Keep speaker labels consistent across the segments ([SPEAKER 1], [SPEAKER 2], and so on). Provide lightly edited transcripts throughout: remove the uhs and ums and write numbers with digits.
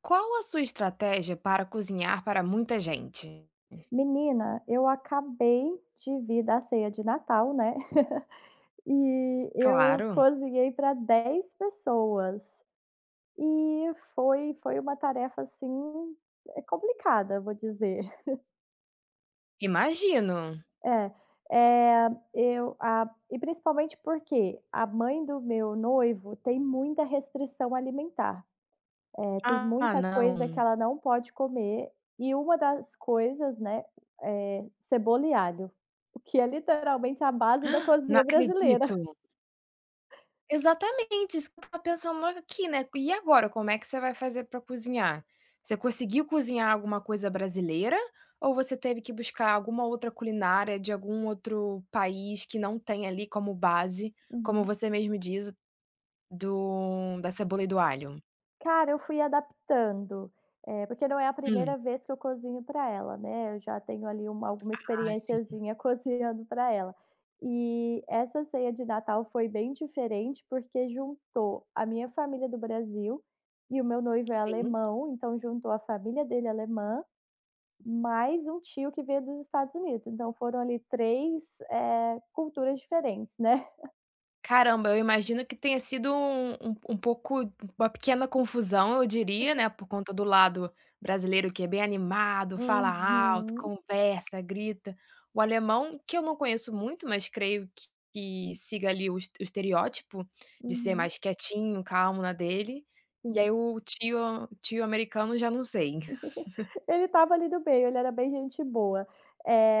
[SPEAKER 1] Qual a sua estratégia para cozinhar para muita gente?
[SPEAKER 2] Menina, eu acabei de vir da ceia de Natal, né, e eu
[SPEAKER 1] Claro,
[SPEAKER 2] cozinhei para 10 pessoas, e foi uma tarefa, assim, é complicada, vou dizer.
[SPEAKER 1] imagino.
[SPEAKER 2] É, é. Eu a E principalmente porque a mãe do meu noivo tem muita restrição alimentar, tem
[SPEAKER 1] "Ah,
[SPEAKER 2] muita coisa que
[SPEAKER 1] não,
[SPEAKER 2] ela não pode comer, e uma das coisas, né, é cebola e alho. O que é literalmente a base da
[SPEAKER 1] não
[SPEAKER 2] cozinha brasileira.
[SPEAKER 1] acredito". Exatamente, isso que eu estava pensando aqui, né. E agora, como é que você vai fazer para cozinhar? Você conseguiu cozinhar alguma coisa brasileira ou você teve que buscar alguma outra culinária de algum outro país que não tem ali como base, como
[SPEAKER 2] Uhum.
[SPEAKER 1] você mesmo diz, do da cebola e do alho?
[SPEAKER 2] Cara, eu fui adaptando, porque não é a
[SPEAKER 1] Hum.
[SPEAKER 2] primeira vez que eu cozinho para ela, né, eu já tenho ali uma alguma
[SPEAKER 1] Ah, sim.
[SPEAKER 2] experiênciazinha cozinhando para ela. E essa ceia de Natal foi bem diferente, porque juntou a minha família do Brasil e o meu noivo é
[SPEAKER 1] Sim.
[SPEAKER 2] alemão, então juntou a família dele alemã, mais um tio que veio dos Estados Unidos, então foram ali 3 culturas diferentes, né.
[SPEAKER 1] Caramba, eu imagino que tenha sido um pouco uma pequena confusão, eu diria, né, por conta do lado brasileiro que é bem animado, fala alto,
[SPEAKER 2] Uhum,
[SPEAKER 1] conversa, grita. O alemão, que eu não conheço muito, mas creio que siga ali o estereótipo de ser
[SPEAKER 2] uhum,
[SPEAKER 1] mais quietinho, calmo na dele, e aí
[SPEAKER 2] sim.
[SPEAKER 1] o tio americano já não sei.
[SPEAKER 2] Ele estava ali do meio, ele era bem gente boa.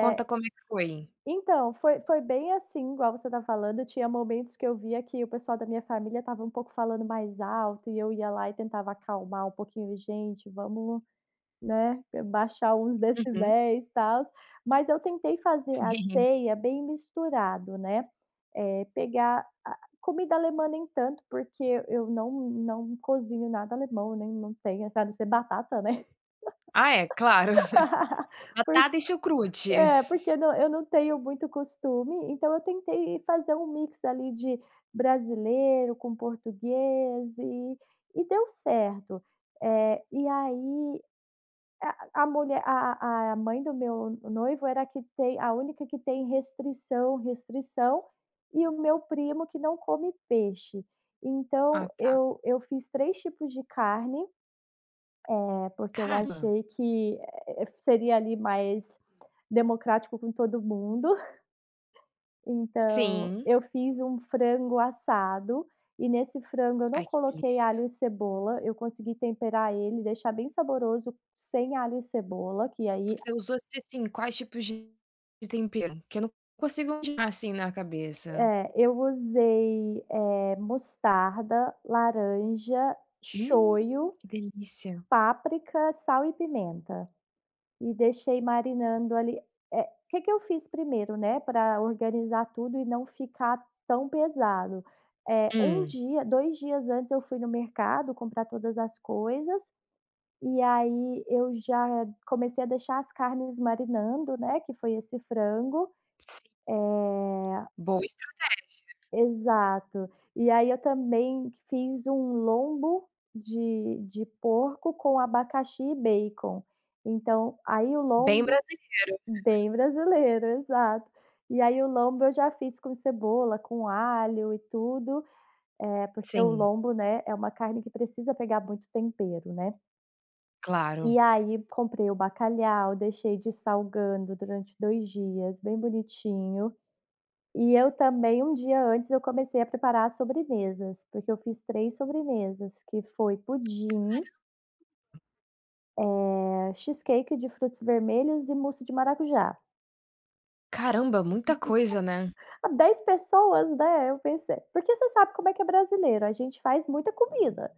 [SPEAKER 1] Conta como é que foi.
[SPEAKER 2] então, foi bem assim, igual você tá falando, tinha momentos que eu via que o pessoal da minha família estava um pouco falando mais alto e eu ia lá e tentava acalmar um pouquinho: "Gente, vamos, né, baixar uns
[SPEAKER 1] Uhum,
[SPEAKER 2] decibéis, tals". Mas eu tentei fazer a
[SPEAKER 1] sim.
[SPEAKER 2] ceia bem misturado, né, pegar a comida alemã nem tanto, porque eu não cozinho nada alemão, nem não tenho, assim, a não ser batata, né.
[SPEAKER 1] Ah é, claro. Batata e chucrute.
[SPEAKER 2] É, porque eu não tenho muito costume, então eu tentei fazer um mix ali de brasileiro com português e deu certo. E aí a mulher a mãe do meu noivo era a única que tem restrição, e o meu primo que não come peixe.
[SPEAKER 1] Ah
[SPEAKER 2] Então
[SPEAKER 1] tá.
[SPEAKER 2] eu fiz 3 tipos de carne, porque eu
[SPEAKER 1] Cara,
[SPEAKER 2] achei que, seria ali mais democrático com todo mundo. Então,
[SPEAKER 1] sim.
[SPEAKER 2] eu fiz um frango assado, e nesse frango eu não
[SPEAKER 1] Ai, que
[SPEAKER 2] coloquei
[SPEAKER 1] delícia.
[SPEAKER 2] alho e cebola, eu consegui temperar ele, deixar bem saboroso sem alho e cebola, que aí
[SPEAKER 1] Você usou se assim, quais tipos de tempero? Que eu não consigo imaginar, assim, na cabeça.
[SPEAKER 2] eu usei, mostarda, laranja,
[SPEAKER 1] Hum,
[SPEAKER 2] shoyu,
[SPEAKER 1] que delícia.
[SPEAKER 2] páprica, sal e pimenta. E deixei marinando ali. O que que eu fiz primeiro, né, para organizar tudo e não ficar tão pesado? 1
[SPEAKER 1] Hum,
[SPEAKER 2] dia, 2 dias antes eu fui no mercado comprar todas as coisas, e aí eu já comecei a deixar as carnes marinando, né, que foi esse frango.
[SPEAKER 1] sim,
[SPEAKER 2] Eh
[SPEAKER 1] boa estra
[SPEAKER 2] exato. E aí eu também fiz um lombo de porco com abacaxi e bacon. Então, aí o
[SPEAKER 1] bem
[SPEAKER 2] lombo.
[SPEAKER 1] brasileiro.
[SPEAKER 2] Bem brasileiro, exato. E aí o lombo eu já fiz com cebola, com alho e tudo, porque o
[SPEAKER 1] Sim,
[SPEAKER 2] lombo, né, é uma carne que precisa pegar muito tempero, né.
[SPEAKER 1] claro.
[SPEAKER 2] E aí comprei o bacalhau, deixei dessalgando durante 2 dias, bem bonitinho. E eu também, um dia antes, eu comecei a preparar as sobremesas, porque eu fiz 3 sobremesas, que foi pudim, cheesecake de frutos vermelhos e mousse de maracujá.
[SPEAKER 1] Caramba, muita coisa, né.
[SPEAKER 2] Dez pessoas, né, eu pensei porque você sabe como é que é brasileiro, a gente faz muita comida.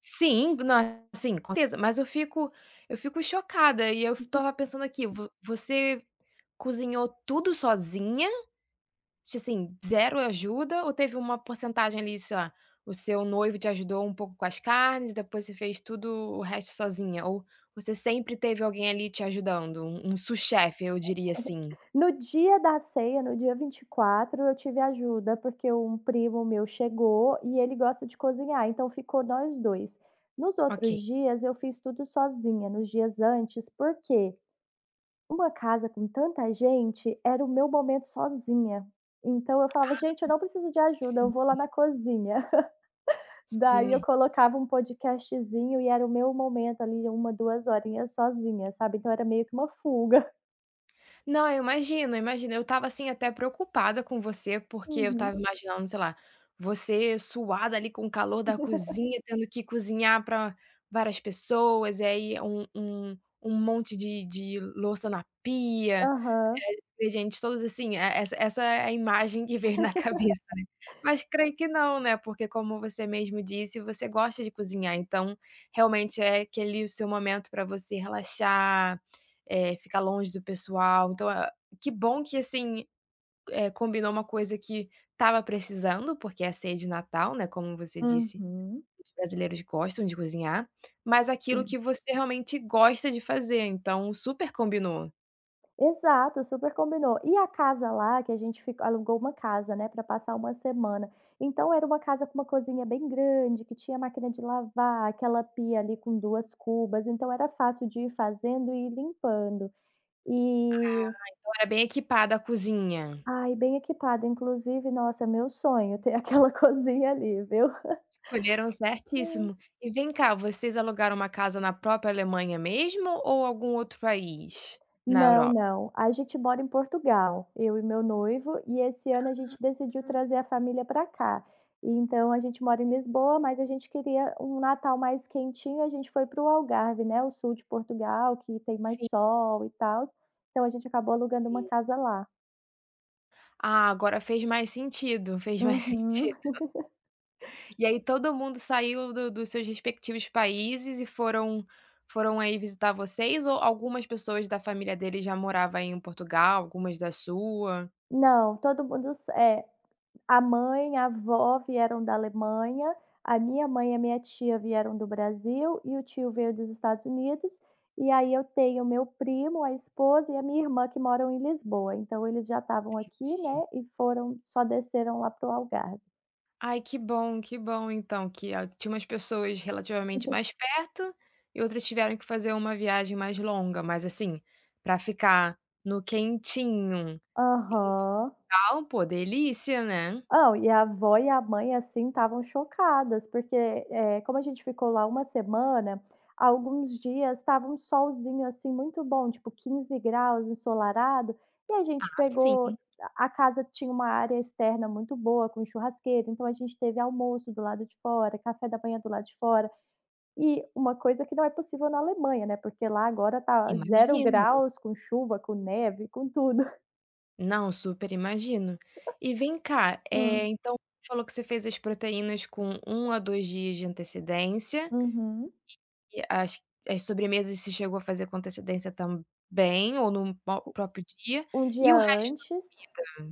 [SPEAKER 1] Sim, na sim, com certeza, mas eu fico chocada e eu f estava pensando aqui, vo você cozinhou tudo sozinha assim, zero ajuda ou teve uma porcentagem ali, sei lá, o seu noivo te ajudou um pouco com as carnes, depois você fez tudo o resto sozinha? Ou você sempre teve alguém ali te ajudando? Um sous-chefe, eu diria assim.
[SPEAKER 2] No dia da ceia, no dia 24, eu tive ajuda, porque um primo meu chegou e ele gosta de cozinhar, então ficou nós 2. Nos
[SPEAKER 1] Ok,
[SPEAKER 2] outros dias, eu fiz tudo sozinha, nos dias antes, porque uma casa com tanta gente era o meu momento sozinha. Então eu falava: "Gente, eu não preciso de ajuda, eu
[SPEAKER 1] sim,
[SPEAKER 2] vou lá na cozinha". Daí eu
[SPEAKER 1] sim.
[SPEAKER 2] colocava um podcastzinho e era o meu momento ali, uma 2 horinhas sozinha, sabe. Então era meio que uma fuga.
[SPEAKER 1] Não, eu imagino, eu imagino. Eu estava assim até preocupada com você, porque eu
[SPEAKER 2] Uhum.
[SPEAKER 1] estava imaginando, sei lá, você suada ali com o calor da cozinha, tendo que cozinhar para várias pessoas, e aí um monte de louça na pia.
[SPEAKER 2] Aham.
[SPEAKER 1] Ingredientes todos assim, é essa é a imagem que vem na cabeça, né. Mas creio que não, né, porque como você mesmo disse, você gosta de cozinhar, então realmente é aquele o seu momento pra você relaxar, ficar longe do pessoal, então, ah, que bom que assim, combinou uma coisa que estava precisando, porque é a ceia de Natal, né, como você disse,
[SPEAKER 2] Uhum.
[SPEAKER 1] os brasileiros gostam de cozinhar, mas aquilo que
[SPEAKER 2] Sim,
[SPEAKER 1] você realmente gosta de fazer, então super combinou.
[SPEAKER 2] exato, super combinou. E a casa lá que a gente ficou, alugou uma casa, né, para passar uma semana, então era uma casa com uma cozinha bem grande, que tinha máquina de lavar, aquela pia ali com 2 cubas, então era fácil de ir fazendo e ir limpando. E
[SPEAKER 1] Então era bem equipada a cozinha.
[SPEAKER 2] ai, bem equipada, inclusive, nossa, meu sonho ter aquela cozinha ali, viu.
[SPEAKER 1] Escolheram certíssimo. E vem cá, vocês alugaram uma casa na própria Alemanha mesmo ou algum outro país na
[SPEAKER 2] Não,
[SPEAKER 1] Europa?
[SPEAKER 2] não. A gente mora em Portugal, eu e meu noivo, e esse ano a gente decidiu
[SPEAKER 1] Hum,
[SPEAKER 2] trazer a família para cá. Então a gente mora em Lisboa, mas a gente queria um Natal mais quentinho, a gente foi para o Algarve, né, o sul de Portugal, que tem mais
[SPEAKER 1] sim,
[SPEAKER 2] sol e tal. Então a gente acabou alugando uma
[SPEAKER 1] sim.
[SPEAKER 2] casa lá.
[SPEAKER 1] Ah, agora fez mais sentido, fez mais
[SPEAKER 2] Uhum.
[SPEAKER 1] sentido. E aí todo mundo saiu do dos seus respectivos países e foram aí visitar vocês ou algumas pessoas da família dele já morava aí em Portugal, algumas da sua?
[SPEAKER 2] Não, todo mundo s é. A mãe, a avó vieram da Alemanha, a minha mãe e a minha tia vieram do Brasil e o tio veio dos Estados Unidos, e aí eu tenho o meu primo, a esposa e a minha irmã que moram em Lisboa, então eles já estavam aqui, né, e foram só desceram lá para o Algarve.
[SPEAKER 1] Ai, que bom então que a tinha umas pessoas relativamente mais perto e outras tiveram que fazer uma viagem mais longa, mas assim, pra ficar no quentinho e
[SPEAKER 2] Aham.
[SPEAKER 1] tal, pô, delícia, né? Ah,
[SPEAKER 2] Não, e a avó e a mãe, assim, estavam chocadas, porque, como a gente ficou lá uma semana, alguns dias estava um solzinho, assim, muito bom, tipo 15 graus, ensolarado, e a gente pegou
[SPEAKER 1] sim,
[SPEAKER 2] a. A casa tinha uma área externa muito boa, com churrasqueira, então a gente teve almoço do lado de fora, café da manhã do lado de fora. E uma coisa que não é possível na Alemanha, né, porque lá agora tá zero
[SPEAKER 1] imagino.
[SPEAKER 2] graus, com chuva, com neve, com tudo.
[SPEAKER 1] Não, super imagino. E vem cá,
[SPEAKER 2] Hum.
[SPEAKER 1] então você falou que você fez as proteínas com um a 2 dias de antecedência
[SPEAKER 2] Uhum.
[SPEAKER 1] e as as sobremesas você chegou a fazer com antecedência também ou no po próprio dia,
[SPEAKER 2] Um
[SPEAKER 1] e
[SPEAKER 2] dia
[SPEAKER 1] o resto da
[SPEAKER 2] antes.
[SPEAKER 1] vida?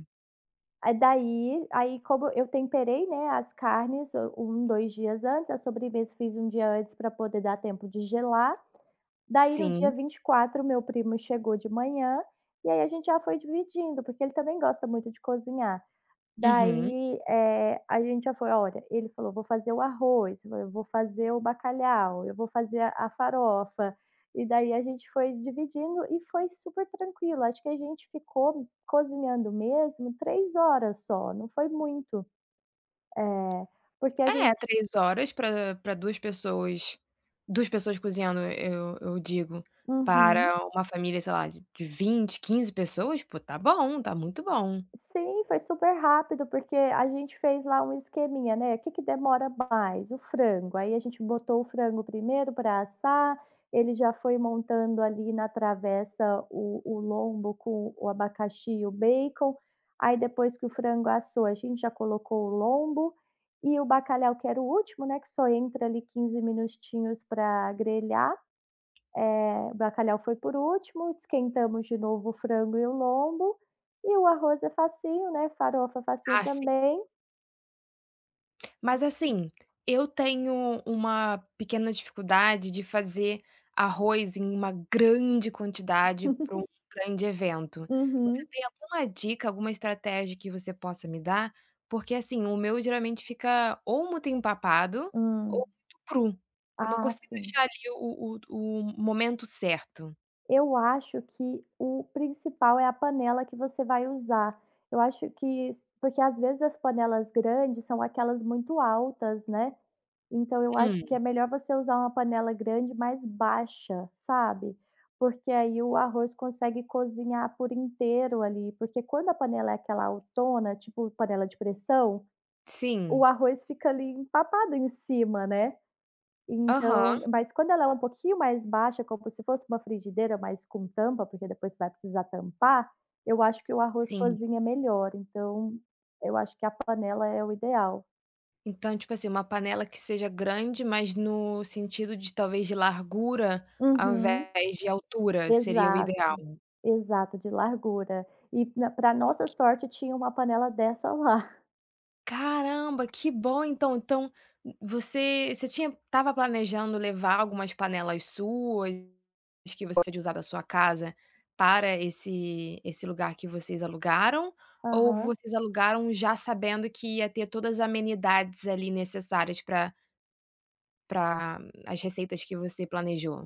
[SPEAKER 2] Aí, como eu temperei, né, as carnes, 2 dias antes, a sobremesa fiz um dia antes para poder dar tempo de gelar, daí no dia
[SPEAKER 1] Sim.
[SPEAKER 2] 24 meu primo chegou de manhã, e aí a gente já foi dividindo, porque ele também gosta muito de cozinhar.
[SPEAKER 1] Uhum.
[SPEAKER 2] Daí, a gente já foi: "Olha", ele falou: "Vou fazer o arroz, eu vou fazer o bacalhau, eu vou fazer a farofa". E daí a gente foi dividindo e foi super tranquilo. Acho que a gente ficou cozinhando mesmo 3 horas só, não foi muito. É, porque a
[SPEAKER 1] É,
[SPEAKER 2] gente.
[SPEAKER 1] 3 horas para para duas pessoas cozinhando, eu digo,
[SPEAKER 2] Uhum.
[SPEAKER 1] para uma família, sei lá, de 20, 15 pessoas, pô, tá bom, tá muito bom.
[SPEAKER 2] Sim, foi super rápido, porque a gente fez lá um esqueminha, né. O que que demora mais? O frango. Aí a gente botou o frango primeiro para assar, ele já foi montando ali na travessa o lombo com o abacaxi e o bacon, aí depois que o frango assou, a gente já colocou o lombo e o bacalhau que era o último, né, que só entra ali 15 minutinhos para grelhar, o bacalhau foi por último, esquentamos de novo o frango e o lombo, e o arroz é facinho, né, farofa é facinho
[SPEAKER 1] Ah
[SPEAKER 2] também.
[SPEAKER 1] Mas assim, eu tenho uma pequena dificuldade de fazer arroz em uma grande quantidade para um grande evento. Você
[SPEAKER 2] Uhum.
[SPEAKER 1] tem alguma dica, alguma estratégia que você possa me dar? Porque assim, o meu geralmente fica ou muito empapado ou
[SPEAKER 2] Hum.
[SPEAKER 1] muito cru. Eu não
[SPEAKER 2] Ah,
[SPEAKER 1] consigo
[SPEAKER 2] sim.
[SPEAKER 1] achar ali o momento certo.
[SPEAKER 2] Eu acho que o principal é a panela que você vai usar. Eu acho que s porque às vezes as panelas grandes são aquelas muito altas, né. Então eu
[SPEAKER 1] Hum,
[SPEAKER 2] acho que é melhor você usar uma panela grande, mais baixa, sabe, porque aí o arroz consegue cozinhar por inteiro ali, porque quando a panela é aquela altona, tipo panela de pressão,
[SPEAKER 1] sim.
[SPEAKER 2] o arroz fica ali empapado em cima, né. Então,
[SPEAKER 1] Aham,
[SPEAKER 2] mas quando ela é um pouquinho mais baixa, como se fosse uma frigideira, mas com tampa, porque depois você vai precisar tampar, eu acho que o arroz
[SPEAKER 1] sim.
[SPEAKER 2] cozinha melhor, então eu acho que a panela é o ideal.
[SPEAKER 1] Então, tipo assim, uma panela que seja grande, mas no sentido de talvez de largura ao
[SPEAKER 2] Uhum,
[SPEAKER 1] invés de altura, seria o
[SPEAKER 2] exato.
[SPEAKER 1] ideal.
[SPEAKER 2] Exato, de largura. E para nossa
[SPEAKER 1] Ok.
[SPEAKER 2] sorte tinha uma panela dessa lá.
[SPEAKER 1] Caramba, que bom então. Então, você você tinha estava planejando levar algumas panelas suas, que você pode usar da sua casa, para esse lugar que vocês alugaram? Ou
[SPEAKER 2] Aham.
[SPEAKER 1] vocês alugaram já sabendo que ia ter todas as amenidades ali necessárias para para as receitas que você planejou?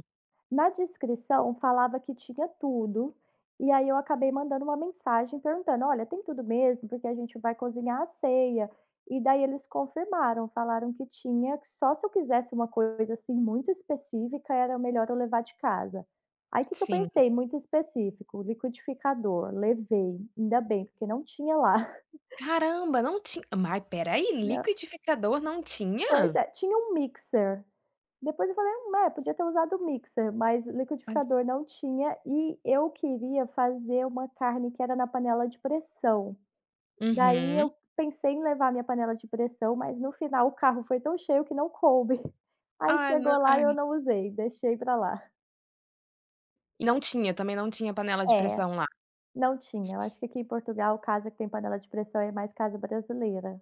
[SPEAKER 2] Na descrição falava que tinha tudo, e aí eu acabei mandando uma mensagem perguntando: "Olha, tem tudo mesmo? Porque a gente vai cozinhar a ceia". E daí eles confirmaram, falaram que tinha, que só se eu quisesse uma coisa, assim, muito específica, era melhor eu levar de casa. Aí que eu
[SPEAKER 1] Sim.
[SPEAKER 2] pensei? Muito específico, liquidificador, levei, ainda bem, porque não tinha lá.
[SPEAKER 1] Caramba, não tinha mas peraí,
[SPEAKER 2] Não.
[SPEAKER 1] liquidificador não
[SPEAKER 2] Pois
[SPEAKER 1] tinha?
[SPEAKER 2] é, tinha um mixer. Depois eu falei: é, podia ter usado o mixer", mas
[SPEAKER 1] Mas
[SPEAKER 2] liquidificador não tinha e eu queria fazer uma carne que era na panela de pressão. Daí
[SPEAKER 1] Uhum.
[SPEAKER 2] eu pensei em levar a minha panela de pressão, mas no final o carro foi tão cheio que não coube. Aí
[SPEAKER 1] Ai, não
[SPEAKER 2] chegou lá e eu
[SPEAKER 1] ai.
[SPEAKER 2] não usei, deixei pra lá.
[SPEAKER 1] E não tinha, também não tinha panela de
[SPEAKER 2] É,
[SPEAKER 1] pressão lá.
[SPEAKER 2] não tinha. Eu acho que aqui em Portugal casa que tem panela de pressão é mais casa brasileira.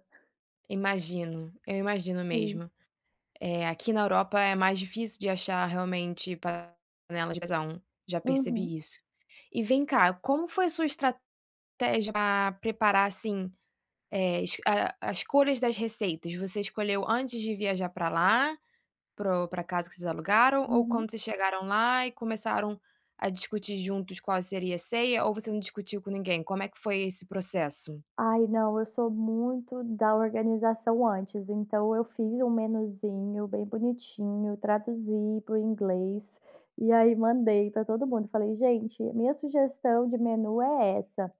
[SPEAKER 1] Imagino, eu imagino
[SPEAKER 2] Sim.
[SPEAKER 1] mesmo. Aqui na Europa é mais difícil de achar realmente panela de pressão, já
[SPEAKER 2] Uhum,
[SPEAKER 1] percebi isso. E vem cá, como foi a sua estratégia pra preparar, assim, es a as escolhas das receitas? Você escolheu antes de viajar para lá Pro pra casa que vocês alugaram ou
[SPEAKER 2] uhum.
[SPEAKER 1] quando vocês chegaram lá e começaram a discutir juntos qual seria a ceia ou você não discutiu com ninguém? Como é que foi esse processo?
[SPEAKER 2] Ai não, eu sou muito da organização antes, então eu fiz um menuzinho bem bonitinho, traduzi para o inglês, e aí mandei para todo mundo, falei: "Gente, minha sugestão de menu é essa".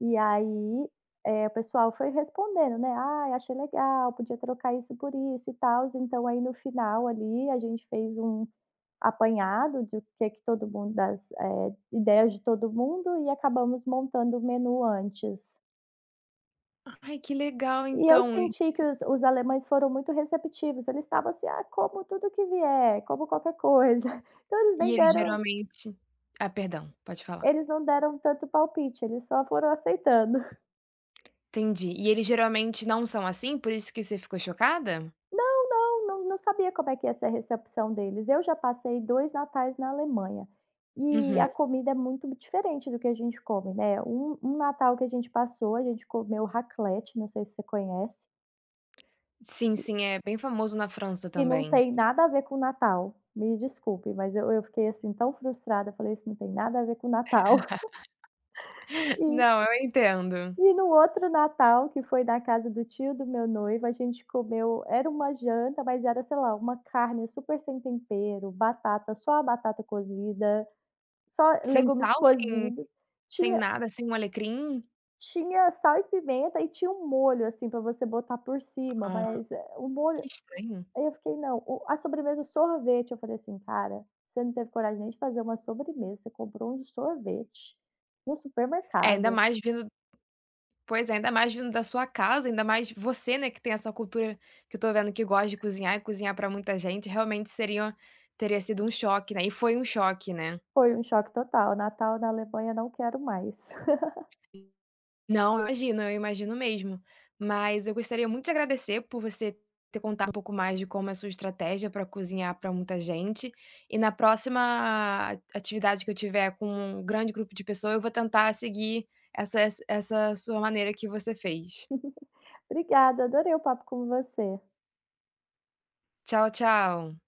[SPEAKER 2] E aí, o pessoal foi respondendo, né: "Ai, achei legal, podia trocar isso por isso e tals". Então aí no final ali, a gente fez um apanhado de o que é que todo mundo das, ideias de todo mundo, e acabamos montando o menu antes.
[SPEAKER 1] Ai, que legal
[SPEAKER 2] E eu
[SPEAKER 1] então.
[SPEAKER 2] senti que os alemães foram muito receptivos, eles estavam assim: "Ah, como tudo que vier, como qualquer coisa". Então eles
[SPEAKER 1] E
[SPEAKER 2] nem
[SPEAKER 1] eles
[SPEAKER 2] deram.
[SPEAKER 1] geralmente ah, perdão, pode falar.
[SPEAKER 2] Eles não deram tanto palpite, eles só foram aceitando.
[SPEAKER 1] Entendi. E eles geralmente não são assim? Por isso que você ficou chocada?
[SPEAKER 2] Não, não, não sabia como é que ia ser a recepção deles. Eu já passei 2 natais na Alemanha, e
[SPEAKER 1] Uhum.
[SPEAKER 2] a comida é muito diferente do que a gente come, né. Um natal que a gente passou, a gente comeu raclette, não sei se você conhece.
[SPEAKER 1] Sim, sim, é bem famoso na França
[SPEAKER 2] E não
[SPEAKER 1] também.
[SPEAKER 2] tem nada a ver com o Natal, me desculpe, mas eu fiquei, assim, tão frustrada, falei: "Isso não tem nada a ver com o Natal". E
[SPEAKER 1] Não, eu entendo.
[SPEAKER 2] e no outro Natal, que foi na casa do tio do meu noivo, a gente comeu, era uma janta, mas era, sei lá, uma carne super sem tempero, batata, só a batata cozida, só
[SPEAKER 1] Sem
[SPEAKER 2] legumes
[SPEAKER 1] sal, sem
[SPEAKER 2] cozidos,
[SPEAKER 1] sem
[SPEAKER 2] tinha.
[SPEAKER 1] nada, sem um alecrim?
[SPEAKER 2] Tinha sal e pimenta e tinha um molho, assim, para você botar por cima,
[SPEAKER 1] Ah,
[SPEAKER 2] mas, o molho.
[SPEAKER 1] que estranho.
[SPEAKER 2] Aí eu fiquei: "Não, o a sobremesa é sorvete", eu falei assim: "Cara, você não teve coragem nem de fazer uma sobremesa, você comprou um sorvete no
[SPEAKER 1] É, ainda
[SPEAKER 2] supermercado".
[SPEAKER 1] mais vindo Pois é, ainda mais vindo da sua casa, ainda mais você, né, que tem essa cultura que eu tô vendo que gosta de cozinhar e cozinhar pra muita gente, realmente seria teria sido um choque, né, e foi um choque, né.
[SPEAKER 2] Foi um choque total, Natal na Alemanha não quero mais.
[SPEAKER 1] Não, eu imagino mesmo. Mas eu gostaria muito de agradecer por você ter contado um pouco mais de como é a sua estratégia para cozinhar para muita gente, e na próxima atividade que eu tiver com um grande grupo de pessoas eu vou tentar seguir essa essa sua maneira que você fez.
[SPEAKER 2] Obrigada, adorei o papo com você.
[SPEAKER 1] Tchau, tchau.